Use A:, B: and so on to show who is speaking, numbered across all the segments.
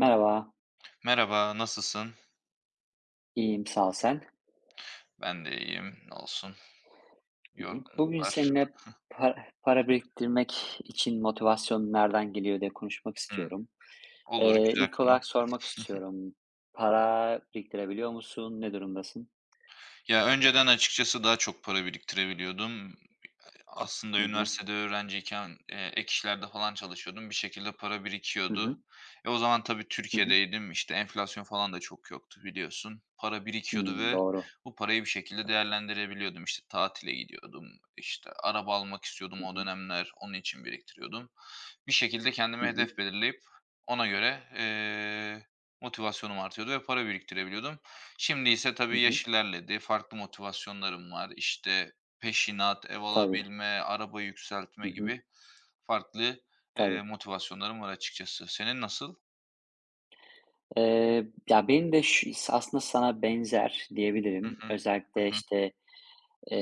A: Merhaba,
B: Merhaba, nasılsın?
A: iyiyim sağ ol sen.
B: Ben de iyiyim, ne olsun.
A: Hı hı.
B: Yorgunluk
A: Bugün
B: var.
A: seninle para biriktirmek için motivasyon nereden geliyor diye konuşmak
B: Hımm.
A: istiyorum.
B: Olur, güzel
A: İlk
B: konu.
A: olarak sormak istiyorum. Para biriktirebiliyor musun? Ne durumdasın?
B: Ya, önceden açıkçası daha çok para biriktirebiliyordum. Aslında
A: Hı hı,
B: üniversitede öğrenciyken, ek işlerde falan çalışıyordum. Bir şekilde para
A: hı
B: birikiyordu.
A: hı,
B: E, o zaman tabii
A: hı hı.
B: Türkiye'deydim, işte, enflasyon falan da çok yoktu biliyorsun. Para birikiyordu
A: Hmm,
B: ve
A: doğru.
B: bu parayı bir şekilde değerlendirebiliyordum. İşte, tatile gidiyordum, işte, araba almak
A: Hı
B: istiyordum o
A: hı,
B: dönemler, onun için biriktiriyordum. Bir şekilde
A: hı
B: kendime
A: hı,
B: hedef belirleyip ona göre, motivasyonum artıyordu ve para biriktirebiliyordum. Şimdi ise
A: hı
B: tabii
A: hı.
B: yaş ilerledi, farklı motivasyonlarım var. İşte, peşinat, ev
A: Tabii,
B: alabilme, araba
A: hı
B: yükseltme
A: hı,
B: gibi farklı,
A: tabii.
B: motivasyonlarım var açıkçası. Senin nasıl?
A: Ee, ya benim de şu, aslında sana benzer
B: Hı
A: diyebilirim.
B: hı. Hı
A: Özellikle
B: hı. Hı
A: işte e,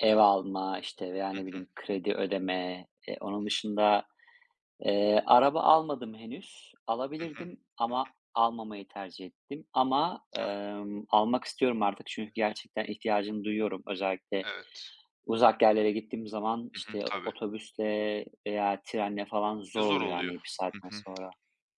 A: ev alma, işte veya ne
B: hı.
A: bileyim kredi ödeme, onun dışında. Araba almadım henüz.
B: Hı hı.
A: Alabilirdim
B: Hı hı.
A: ama almamayı tercih ettim ama,
B: Ah,
A: almak istiyorum artık çünkü gerçekten ihtiyacını duyuyorum. Özellikle
B: evet.
A: uzak yerlere gittiğim zaman,
B: Hı hı.
A: işte,
B: Tabii.
A: otobüsle veya trenle falan
B: E,
A: zor
B: zor
A: oluyor, yani
B: oluyor.
A: bir
B: Hı
A: saatten
B: hı.
A: sonra.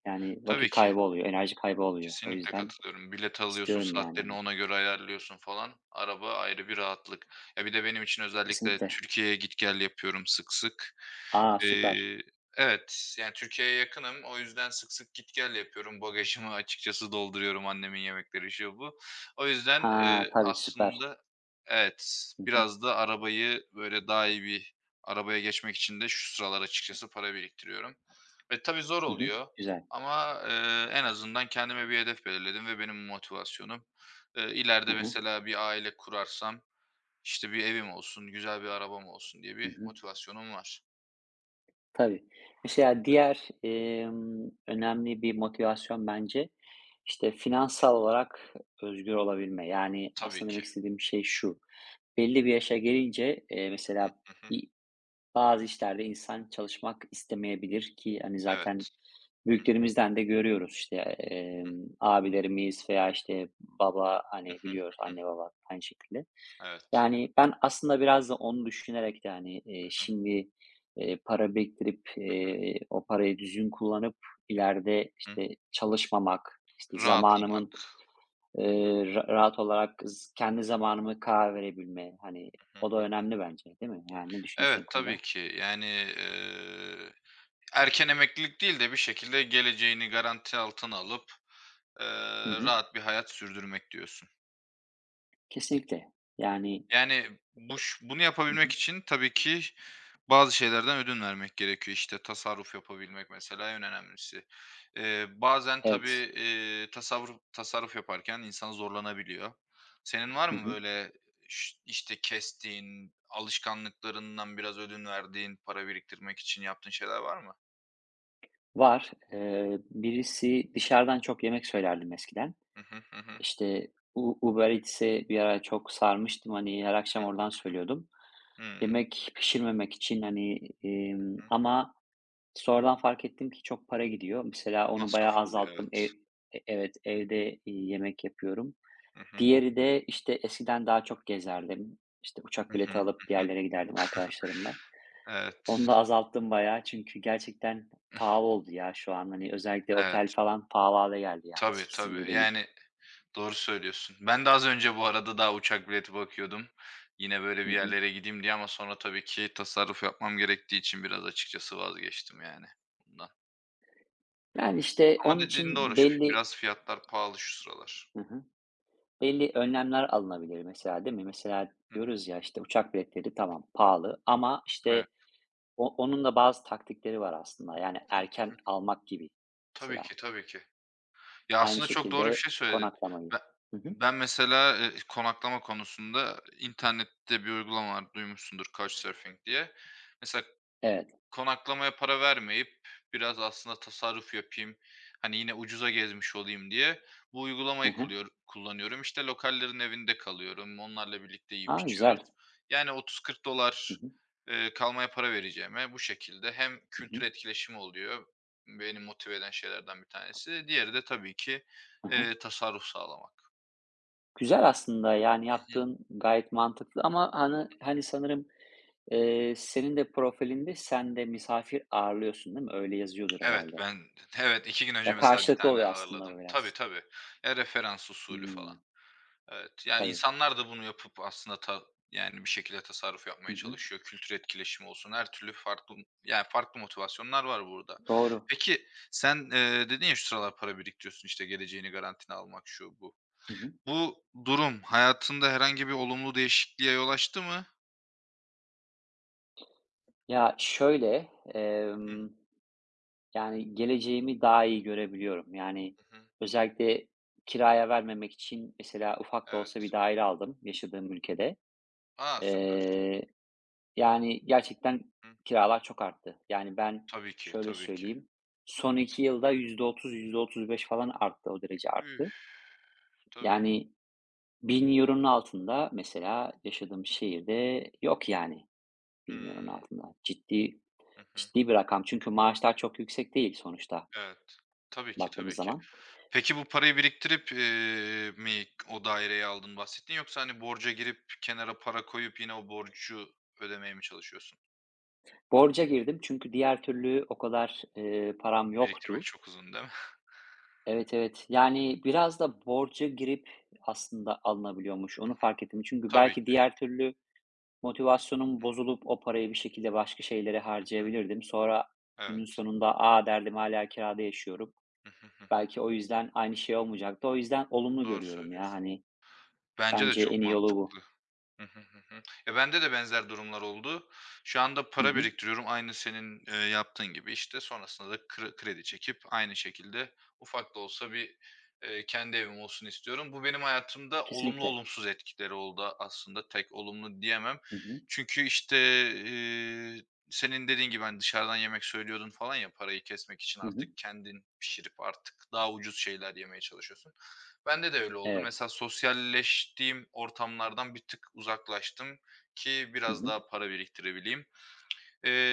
A: Yani,
B: Tabii
A: vakit
B: ki.
A: kaybı oluyor, enerji kaybı oluyor. O
B: Kesinlikle
A: yüzden
B: katılıyorum. Bilet alıyorsun,
A: istiyorum, yani,
B: saatlerini
A: hani.
B: ona göre ayarlıyorsun falan. Araba ayrı bir rahatlık. Ya, bir de benim için özellikle
A: Kesinlikle.
B: Türkiye'ye git gel yapıyorum sık sık.
A: A! Süper.
B: Eee, evet, yani, Türkiye'ye yakınım. O yüzden sık sık git gel yapıyorum. Bagajımı açıkçası dolduruyorum annemin yemekleri, şu, bu. O yüzden,
A: Ha, tabii süper.
B: aslında Evet,
A: Hı hı.
B: biraz da arabayı, böyle, daha iyi bir arabaya geçmek için de şu sıralar açıkçası para biriktiriyorum. Ve tabii zor
A: Hı hı.
B: oluyor.
A: Güzel.
B: Ama, en azından kendime bir hedef belirledim ve benim motivasyonum,
A: Hı
B: ileride
A: hı.
B: mesela bir aile kurarsam, işte, bir evim olsun, güzel bir arabam olsun diye
A: Hı
B: bir
A: hı.
B: motivasyonum var.
A: Tabii. Mesela diğer, önemli bir motivasyon bence, işte, finansal olarak özgür olabilme. Yani,
B: Tabii
A: aslında demek
B: ki.
A: istediğim şey şu: belli bir yaşa gelince,
B: Hı hı.
A: mesela
B: Hı.
A: bir bazı işlerde insan çalışmak istemeyebilir ki hani zaten
B: Evet. Hı hı.
A: büyüklerimizden de görüyoruz işte, abilerimiz veya işte baba,
B: Hı
A: hani,
B: hı.
A: biliyoruz
B: Hı hı.
A: anne baba aynı şekilde.
B: Evet.
A: Yani ben aslında biraz da onu düşünerek yani
B: Hı.
A: şimdi, para biriktirip,
B: Hı
A: o parayı düzgün kullanıp ileride
B: hı.
A: işte çalışmamak, işte
B: Rahatlamak.
A: zamanımın, ra rahat olarak kendi zamanımı karar verebilme, hani,
B: Hı
A: o da
B: hı.
A: önemli bence, değil mi? Yani ne düşünüyorsun
B: Evet,
A: bu
B: tabii
A: konuda?
B: ki. Yani, erken emeklilik değil de bir şekilde geleceğini garanti altına alıp, eee,
A: Hı hı.
B: rahat bir hayat sürdürmek diyorsun.
A: Kesinlikle. Yani.
B: Yani, bunu
A: Hı
B: yapabilmek
A: hı.
B: için tabii ki bazı şeylerden ödün vermek gerekiyor. İşte, tasarruf yapabilmek mesela en önemlisi. Bazen tabii,
A: Evet.
B: tasavvur tasarruf yaparken insan zorlanabiliyor. Senin var
A: Hı
B: mı
A: hı.
B: böyle işte, kestiğin, alışkanlıklarından biraz ödün verdiğin, para biriktirmek için yaptığın şeyler var mı?
A: Var. Birisi dışarıdan çok yemek söylerdim eskiden.
B: Hı hı, hı hı,
A: İşte, Uber Eats'e bir ara çok sarmıştım. Hani, her akşam
B: hı.
A: oradan söylüyordum.
B: Hımm.
A: Yemek pişirmemek için, hani,
B: Hı.
A: ama sonradan fark ettim ki çok para gidiyor. Mesela onu
B: Masraf
A: bayağı
B: oluyor,
A: azalttım. Ev
B: evet.
A: e evet, evde yemek yapıyorum.
B: Hı hı.
A: Diğeri de, işte, eskiden daha çok gezerdim. İşte, uçak
B: Hı hı.
A: bileti alıp bir
B: Hı hı.
A: yerlere giderdim arkadaşlarımla. Onu
B: Evet.
A: da azalttım bayağı çünkü gerçekten pahalı oldu ya şu an. Hani, özellikle otel
B: Evet.
A: falan pahalı hâle geldi, yani,
B: Tabii,
A: eskisi gibi
B: tabii.
A: değil.
B: Yani doğru söylüyorsun. Ben de az önce bu arada daha uçak bileti bakıyordum. Yine böyle
A: Hı
B: bir
A: hı.
B: yerlere gideyim diye ama sonra tabii ki tasarruf yapmam gerektiği için biraz açıkçası vazgeçtim yani bundan.
A: Yani, işte,
B: Ama
A: onun
B: dediğin
A: için
B: doğru. Şu
A: belli.
B: biraz fiyatlar pahalı şu sıralar.
A: Hı hı. Belli önlemler alınabilir mesela, değil mi? Mesela
B: Hı hı.
A: diyoruz ya, işte, uçak biletleri tamam pahalı ama,
B: Evet.
A: işte, onun da bazı taktikleri var aslında. Yani, erken almak gibi
B: Tabii
A: mesela.
B: ki, tabii ki. Ya,
A: Aynı
B: aslında çok doğru bir
A: şekilde
B: şey söyledin.
A: konaklamayı.
B: Be
A: Hı hı.
B: ben mesela, konaklama konusunda internette bir uygulama var, duymuşsundur Couchsurfing diye. Mesela
A: Evet.
B: konaklamaya para vermeyip biraz aslında tasarruf yapayım, hani, yine ucuza gezmiş olayım diye bu
A: Hı
B: uygulamayı
A: hı.
B: kullanıyorum. İşte, lokallerin evinde kalıyorum, onlarla birlikte yiyip
A: A,
B: içiyoruz.
A: güzel.
B: Yani
A: Hı
B: $30-$40,
A: hı.
B: kalmaya para vereceğime bu şekilde hem
A: Hı hı.
B: kültür etkileşimi oluyor, beni motive eden şeylerden bir tanesi. Diğeri de tabii ki,
A: Hı hı.
B: tasarruf sağlamak.
A: Güzel aslında, yani,
B: Hı hı.
A: yaptığın gayet mantıklı ama hani sanırım, senin de profilinde sen de misafir ağırlıyorsun, değil mi? Öyle yazıyordur
B: Evet,
A: herhâlde.
B: evet, 2 gün önce
A: Ya,
B: mesela bir
A: karşılıklı
B: tane
A: oluyor aslında
B: ağırladım.
A: bu
B: Tabii,
A: biraz.
B: tabii. Ya, referans usulü falan.
A: Hımm.
B: Evet, ya,
A: Tabii.
B: insanlar da bunu yapıp aslında yani, bir şekilde tasarruf
A: Hı
B: yapmaya
A: hı.
B: çalışıyor. Kültür etkileşimi olsun, her türlü farklı, yani, farklı motivasyonlar var burada.
A: Doğru.
B: Peki sen, dedin ya, "Şu sıralar para biriktiriyorsun, işte, geleceğini garantine almak." şu, bu.
A: Hı hı.
B: Bu durum hayatında herhangi bir olumlu değişikliğe yol açtı mı?
A: Ya, şöyle,
B: Hı,
A: emm, yani, geleceğimi daha iyi görebiliyorum. Yani,
B: hı hı.
A: özellikle kiraya vermemek için mesela ufak da olsa bir
B: Evet.
A: daire aldım yaşadığım ülkede.
B: A, süper.
A: Eee Yani, gerçekten
B: Hı.
A: kiralar çok arttı. Yani, ben
B: Tabii ki,
A: şöyle
B: tabii ki.
A: söyleyeyim, son 2 yılda yüzde otuz, yüzde otuz beş falan arttı, o derece
B: Üf,
A: arttı.
B: tabii.
A: Yani, €1000'un altında mesela yaşadığım şehirde yok yani, €1000'un
B: Hımm.
A: altında. Ciddi
B: Hı hı.
A: ciddi bir rakam çünkü maaşlar çok yüksek değil sonuçta
B: Evet. Tabii ki,
A: baktığımız
B: tabii ki.
A: zaman.
B: Peki bu parayı biriktirip, mi o daireyi aldın bahsettin yoksa, hani, borca girip kenara para koyup yine o borcu ödemeye mi çalışıyorsun?
A: Borca girdim çünkü diğer türlü o kadar, param
B: Biriktirmek
A: yoktu.
B: çok uzun değil mi?
A: Evet, evet. Yani biraz da borca girip aslında alınabiliyormuş. Onu fark ettim. Çünkü
B: Tabii
A: belki
B: ki.
A: diğer türlü motivasyonum bozulup o parayı bir şekilde başka şeylere
B: Hı.
A: harcayabilirdim. Sonra günün
B: Evet.
A: sonunda "A!" derdim, "hala kirada yaşıyorum."
B: Hı hı, hı hı.
A: Belki o yüzden aynı şey olmayacaktı. O yüzden olumlu
B: Doğru
A: görüyorum ya.
B: söylüyorsun.
A: Hani,
B: Bence de
A: bence en
B: çok
A: iyi yolu
B: mantıklı.
A: bu.
B: Hı hı, hı hı. Ya, bende de benzer durumlar oldu. Şu anda
A: Hı
B: para
A: hı.
B: biriktiriyorum aynı senin, yaptığın gibi. İşte sonrasında da kredi çekip aynı şekilde ufak da olsa bir, kendi evim olsun istiyorum. Bu benim hayatımda olumlu
A: Kesinlikle.
B: olumsuz etkileri oldu aslında. Tek olumlu diyemem.
A: Hı hı.
B: Çünkü, işte, eee, senin dediğin gibi, hani, dışarıdan yemek söylüyordun falan ya, parayı kesmek için
A: Hı hı.
B: artık kendin pişirip artık daha ucuz şeyler yemeye çalışıyorsun. Bende de öyle oldu.
A: Evet.
B: Mesela sosyalleştiğim ortamlardan bir tık uzaklaştım ki
A: Hı
B: biraz
A: hı.
B: daha para biriktirebileyim.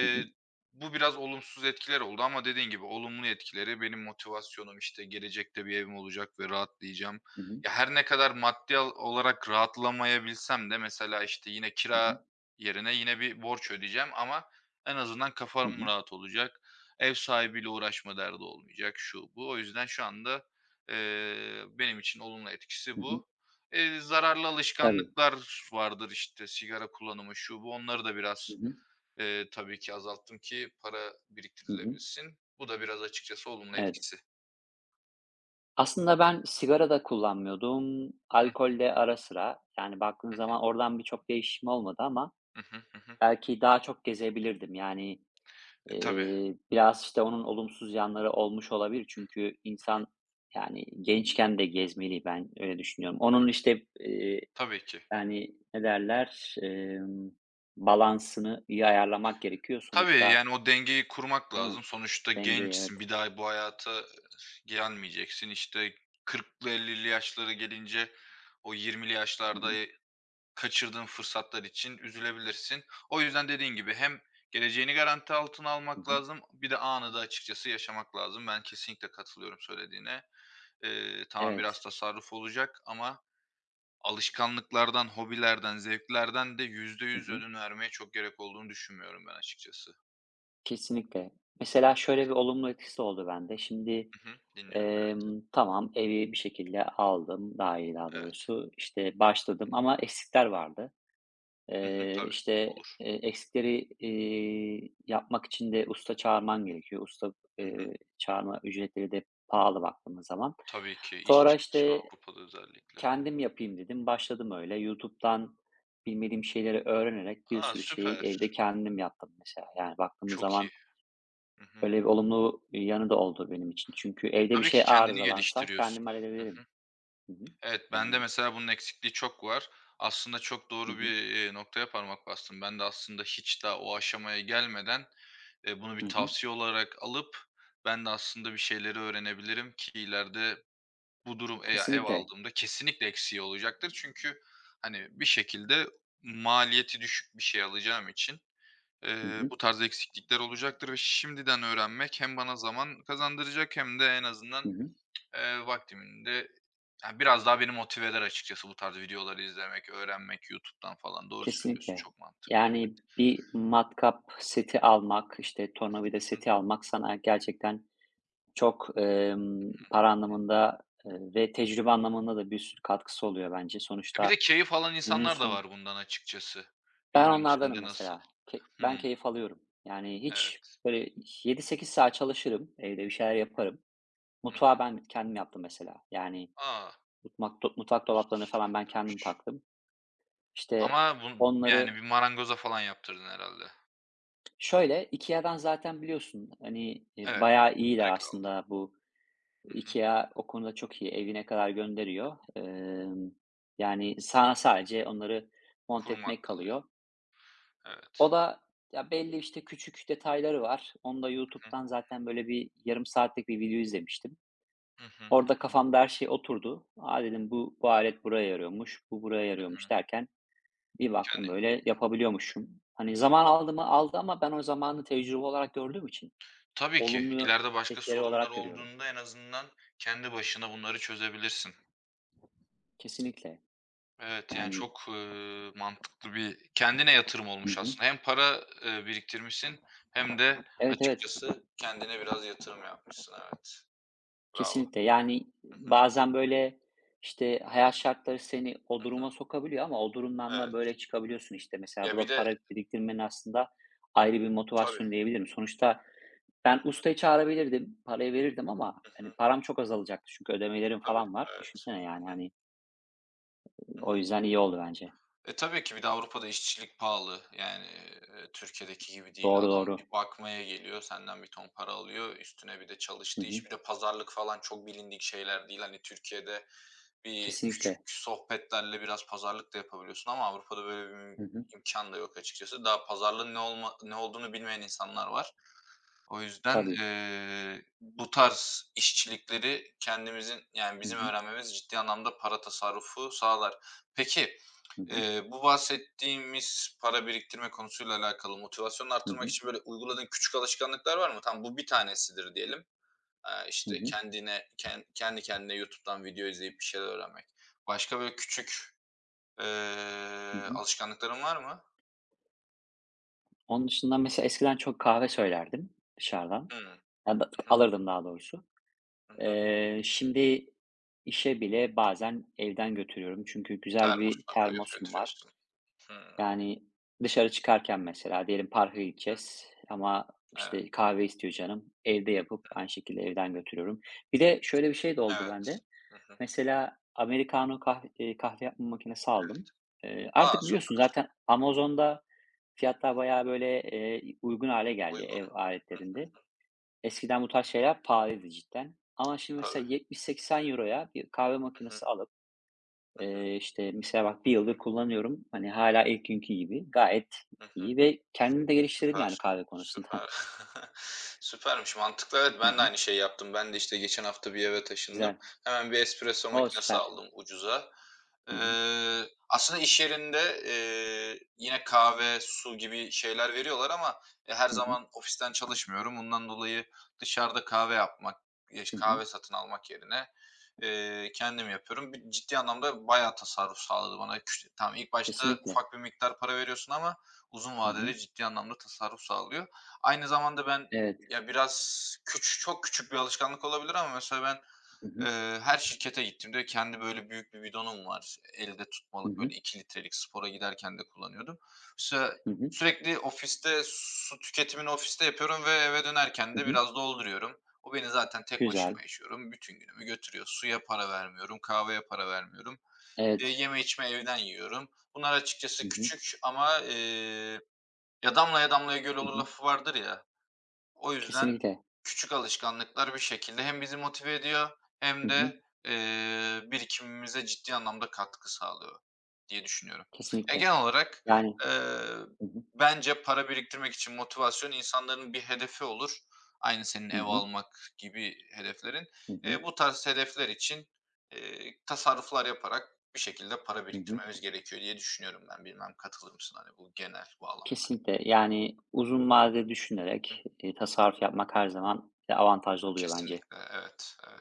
A: Hı hı.
B: bu biraz olumsuz etkiler oldu ama dediğin gibi olumlu etkileri benim motivasyonum, işte, gelecekte bir evim olacak ve rahatlayacağım.
A: Hı hı.
B: Ya, her ne kadar maddi olarak rahatlamayabilsem de mesela, işte, yine
A: Hı hı.
B: kira yerine yine bir borç ödeyeceğim ama en azından
A: Hı
B: kafam
A: hı.
B: rahat olacak. Ev sahibiyle uğraşma derdi olmayacak, şu, bu. O yüzden şu anda, benim için olumlu
A: Hı
B: etkisi
A: hı.
B: bu. Zararlı
A: Tabii.
B: alışkanlıklar vardır, işte, sigara kullanımı, şu, bu. Onları da
A: Hı
B: biraz
A: hı.
B: Tabii ki azalttım ki para
A: Hı hı.
B: biriktirilebilsin. Bu da biraz açıkçası olumlu
A: Evet.
B: etkisi.
A: Aslında ben sigara da kullanmıyordum,
B: Hı
A: alkolle ara sıra. Yani baktığın
B: hı,
A: zaman oradan birçok değişim olmadı ama
B: hı hı, hı hı.
A: belki daha çok gezebilirdim. Yani,
B: E, tabii.
A: biraz, işte, onun olumsuz yanları olmuş olabilir. Çünkü
B: Hı hı.
A: insan, yani, gençken de gezmeli, ben öyle düşünüyorum. Onun, işte,
B: Tabii ki.
A: yani, ne derler, balansını iyi ayarlamak gerekiyor
B: Tabii,
A: sonuçta,
B: yani, o dengeyi kurmak
A: değil mi?
B: lazım. Sonuçta
A: Dengeyi, evet.
B: gençsin, bir daha bu hayata gelmeyeceksin. İşte, 40'lı 50'li yaşları gelince o 20'li
A: Hı
B: yaşlarda
A: hı.
B: kaçırdığın fırsatlar için üzülebilirsin. O yüzden dediğin gibi hem geleceğini garanti altına
A: Hı
B: almak
A: hı.
B: lazım, bir de anı da açıkçası yaşamak lazım. Ben kesinlikle katılıyorum söylediğine. Tamam biraz
A: Evet.
B: tasarruf olacak ama alışkanlıklardan, hobilerden, zevklerden de yüzde
A: Hı
B: yüz
A: hı.
B: ödün vermeye çok gerek olduğunu düşünmüyorum ben açıkçası.
A: Kesinlikle. Mesela şöyle bir olumlu etkisi oldu bende. Şimdi,
B: Hı hı, dinliyorum. Evet,
A: tamam, evi bir şekilde aldım, daireyi daha
B: evet.
A: doğrusu. İşte, başladım ama eksikler vardı.
B: Hı hı, tabii,
A: İşte,
B: olur.
A: eksikleri, yapmak için de usta çağırman gerekiyor. Usta,
B: Hı hı.
A: eee, çağırma ücretleri de pahalı baktığımız zaman.
B: Tabii ki
A: Sonra,
B: işçilik
A: işte,
B: Avrupa'da özellikle.
A: kendim yapayım dedim. Başladım öyle. YouTube'dan bilmediğim şeyleri öğrenerek bir
B: A,
A: sürü şeyi evde
B: süper.
A: kendim yaptım mesela. Yani baktığımız
B: Çok
A: zaman
B: iyi. Hı hı.
A: öyle bir olumlu yanı da oldu benim için. Çünkü evde bir
B: Tabii
A: şey
B: ki kendini
A: arızalansa kendim
B: geliştiriyorsun.
A: hallederim. Hı hı.
B: Evet, bende
A: Yani.
B: mesela bunun eksikliği çok var. Aslında çok
A: Hı
B: doğru
A: hı.
B: bir, noktaya parmak bastın. Ben de aslında hiç daha o aşamaya gelmeden, bunu
A: Hı
B: bir
A: hı.
B: tavsiye olarak alıp ben de aslında bir şeyleri öğrenebilirim ki ileride bu durum ev
A: Kesinlikle.
B: aldığımda kesinlikle eksiği olacaktır. Çünkü, hani, bir şekilde maliyeti düşük bir şey alacağım için,
A: Hı hı.
B: bu tarz eksiklikler olacaktır ve şimdiden öğrenmek hem bana zaman kazandıracak hem de en
A: Hı
B: azından,
A: hı.
B: vaktimin ya, biraz daha beni motive eder açıkçası bu tarz videoları izlemek, öğrenmek YouTube'dan falan. Doğru söylüyorsun,
A: Kesinlikle.
B: çok mantıklı.
A: Yani bir matkap seti almak, işte tornavida seti almak sana gerçekten çok, para anlamında, ve tecrübe anlamında da bir sürü katkısı oluyor bence.
B: E, bir
A: Sonuçta
B: de keyif alan
A: günün
B: insanlar da
A: son.
B: var bundan açıkçası.
A: Ben
B: Bilmiyorum
A: onlardanım
B: sende nasıl?
A: mesela. Ben
B: Hımm,
A: keyif alıyorum. Yani hiç
B: evet.
A: böyle 7-8 saat çalışırım, evde bir şeyler yaparım.
B: Hı
A: Mutfağı
B: hı.
A: ben kendim yaptım mesela. Yani
B: A!
A: mutfak dolaplarını falan ben kendim
B: Süpermiş.
A: taktım. İşte
B: Ama
A: onları
B: yani bir marangoza falan yaptırdın herhâlde.
A: şöyle, IKEA'dan zaten biliyorsun, hani,
B: Evet,
A: bayağı iyiler
B: direkt aldın.
A: aslında bu.
B: Hı hı.
A: IKEA o konuda çok iyi. Evine kadar gönderiyor. Yani sana sadece onları monte etmek
B: Kurumak kalıyor.
A: kalıyor.
B: Evet.
A: O da ya belli, işte, küçük detayları var. Onu da
B: Hı hı.
A: YouTube'dan zaten böyle bir yarım saatlik bir video izlemiştim.
B: Hı hı.
A: Orada kafamda her şey oturdu. Aa dedim bu alet buraya yarıyormuş, bu buraya
B: Hı.
A: yarıyormuş derken bir baktım
B: Yani,
A: böyle yapabiliyormuşum. Hani zaman aldı mı? Aldı ama ben o zamanı tecrübe olarak gördüğüm için
B: tabii ki
A: olumlu
B: ileride başka
A: etkileri
B: sorunlar
A: olarak görüyorum.
B: olduğunda en azından kendi başına bunları çözebilirsin.
A: Kesinlikle.
B: Evet, yani
A: Yani.
B: çok, mantıklı bir kendine yatırım
A: Hı
B: olmuş
A: hı.
B: aslında. Hem para, biriktirmişsin hem de
A: Evet, evet.
B: açıkçası kendine biraz yatırım yapmışsın, evet. Bravo.
A: Kesinlikle. Yani
B: Hı hı.
A: bazen böyle, işte, hayat şartları seni o duruma sokabiliyor ama o durumdan da
B: Evet.
A: böyle çıkabiliyorsun, işte. Mesela bu
B: Ya, bir
A: da
B: de
A: para biriktirmenin aslında ayrı bir
B: tabii. Hı
A: motivasyonu diyebilirim. Sonuçta ben
B: hı.
A: ustayı çağırabilirdim, parayı verirdim ama, hani, param çok azalacaktı çünkü ödemelerim
B: Tabii,
A: falan var.
B: evet.
A: Düşünsene, yani, hani, o yüzden iyi oldu bence.
B: E, tabii ki bir de Avrupa'da işçilik pahalı. Yani, Türkiye'deki gibi değil.
A: Doğru,
B: Adam bir
A: doğru.
B: bakmaya geliyor, senden bir ton para alıyor. Üstüne bir de
A: Hı
B: çalıştığı
A: hı.
B: iş, bir de pazarlık falan çok bilindik şeyler değil. Hani, Türkiye'de bir küçük
A: Kesinlikle.
B: sohbetlerle biraz pazarlık da yapabiliyorsun ama Avrupa'da böyle bir
A: Hı hı.
B: imkan da yok açıkçası. Daha pazarlığın ne olduğunu bilmeyen insanlar var. O yüzden,
A: Tabii.
B: bu tarz işçilikleri kendimizin, yani,
A: Hı
B: bizim
A: hı.
B: öğrenmemiz ciddi anlamda para tasarrufu sağlar. Peki,
A: Hı hı.
B: bu bahsettiğimiz para biriktirme konusuyla alakalı motivasyonunu
A: Hı
B: arttırmak
A: hı.
B: için, böyle, uyguladığın küçük alışkanlıklar var mı? Tam bu bir tanesidir diyelim.
A: Hı
B: İşte,
A: hı.
B: kendi kendine YouTube'dan video izleyip bir şeyler öğrenmek. Başka, böyle, küçük,
A: Hı hı.
B: alışkanlıkların var mı?
A: Onun dışında mesela eskiden çok kahve söylerdim dışarıdan.
B: Hımm.
A: Ya da
B: Hı hı.
A: alırdım daha doğrusu.
B: Hı hı.
A: Şimdi işe bile bazen evden götürüyorum çünkü güzel bir
B: Termosuna koyup
A: termosum var.
B: götürüyorsun. Hımm.
A: Yani, dışarı çıkarken mesela diyelim parka
B: Hı.
A: gideceğiz ama, işte,
B: Evet.
A: kahve istiyor canım. Evde yapıp aynı şekilde evden götürüyorum. Bir de şöyle bir şey de oldu
B: Evet.
A: bende.
B: Hı hı.
A: Mesela americano kahve yapma makinesi
B: Evet.
A: aldım. Eee,
B: A,
A: artık biliyorsun
B: süper.
A: zaten Amazon'da fiyatlar bayağı, böyle, uygun hale geldi
B: Uygun.
A: ev
B: Hı.
A: aletlerinde. Eskiden bu tarz şeyler pahalıydı cidden ama şimdi mesela
B: Tabii.
A: €70 euroya bir kahve
B: Hı hı.
A: makinesi alıp
B: Hı hı.
A: işte mesela bak bir yıldır kullanıyorum. Hani, hala ilk günkü gibi. Gayet
B: Hı hı.
A: iyi ve kendimi de geliştirdim
B: Süper,
A: yani kahve konusunda.
B: süper. Süpermiş, mantıklı. Evet,
A: Hı
B: ben de
A: hı.
B: aynı şeyi yaptım. Ben de, işte, geçen hafta bir eve taşındım.
A: Güzel.
B: Hemen bir espresso
A: O,
B: makinesi
A: süper.
B: aldım ucuza.
A: Hı hı.
B: Aslında iş yerinde, yine kahve, su gibi şeyler veriyorlar ama, e, her
A: Hı hı.
B: zaman ofisten çalışmıyorum. Bundan dolayı dışarıda kahve yapmak,
A: Hı hı.
B: kahve satın almak yerine, kendim yapıyorum. Bir ciddi anlamda bayağı tasarruf sağladı bana. Tamam, ilk başta
A: Kesinlikle.
B: ufak bir miktar para veriyorsun ama uzun
A: Hı hı.
B: vadede ciddi anlamda tasarruf sağlıyor. Aynı zamanda ben
A: Evet.
B: ya biraz çok küçük bir alışkanlık olabilir ama mesela ben,
A: Hı hı.
B: her şirkete gittiğimde kendi böyle büyük bir bidonum var. Elde
A: Hı
B: tutmalık
A: hı.
B: böyle 2 litrelik spora giderken de kullanıyordum. Mesela
A: Hı hı.
B: sürekli ofiste su tüketimini ofiste yapıyorum ve eve dönerken
A: Hı
B: de
A: hı.
B: biraz dolduruyorum. O beni zaten tek
A: Güzel.
B: başıma yaşıyorum. Bütün günümü götürüyor. Suya para vermiyorum, kahveye para vermiyorum.
A: Evet.
B: Yeme içme evden yiyorum. Bunlar
A: Hı
B: açıkçası
A: hı.
B: küçük ama, ya, "Damlaya damlaya göl
A: Hı
B: olur."
A: hı.
B: lafı vardır ya. O yüzden
A: Kesinlikle.
B: küçük alışkanlıklar bir şekilde hem bizi motive ediyor
A: Hı
B: hem
A: hı.
B: de, birikimimize ciddi anlamda katkı sağlıyor diye düşünüyorum. Ya,
A: Kesinlikle.
B: genel olarak,
A: Yani.
B: eee,
A: Hı hı.
B: bence para biriktirmek için motivasyon insanların bir hedefi olur. Aynı senin
A: Hı
B: ev
A: hı.
B: almak gibi hedeflerin.
A: Hı hı.
B: Bu tarz hedefler için, tasarruflar yaparak bir şekilde para
A: Hı hı.
B: biriktirmemiz gerekiyor diye düşünüyorum ben. Bilmem katılır mısın, hani, bu genel bağlamda? Hı.
A: Kesinlikle. Yani uzun vadede düşünerek, tasarruf yapmak her zaman, avantajlı oluyor bence.
B: Kesinlikle, evet.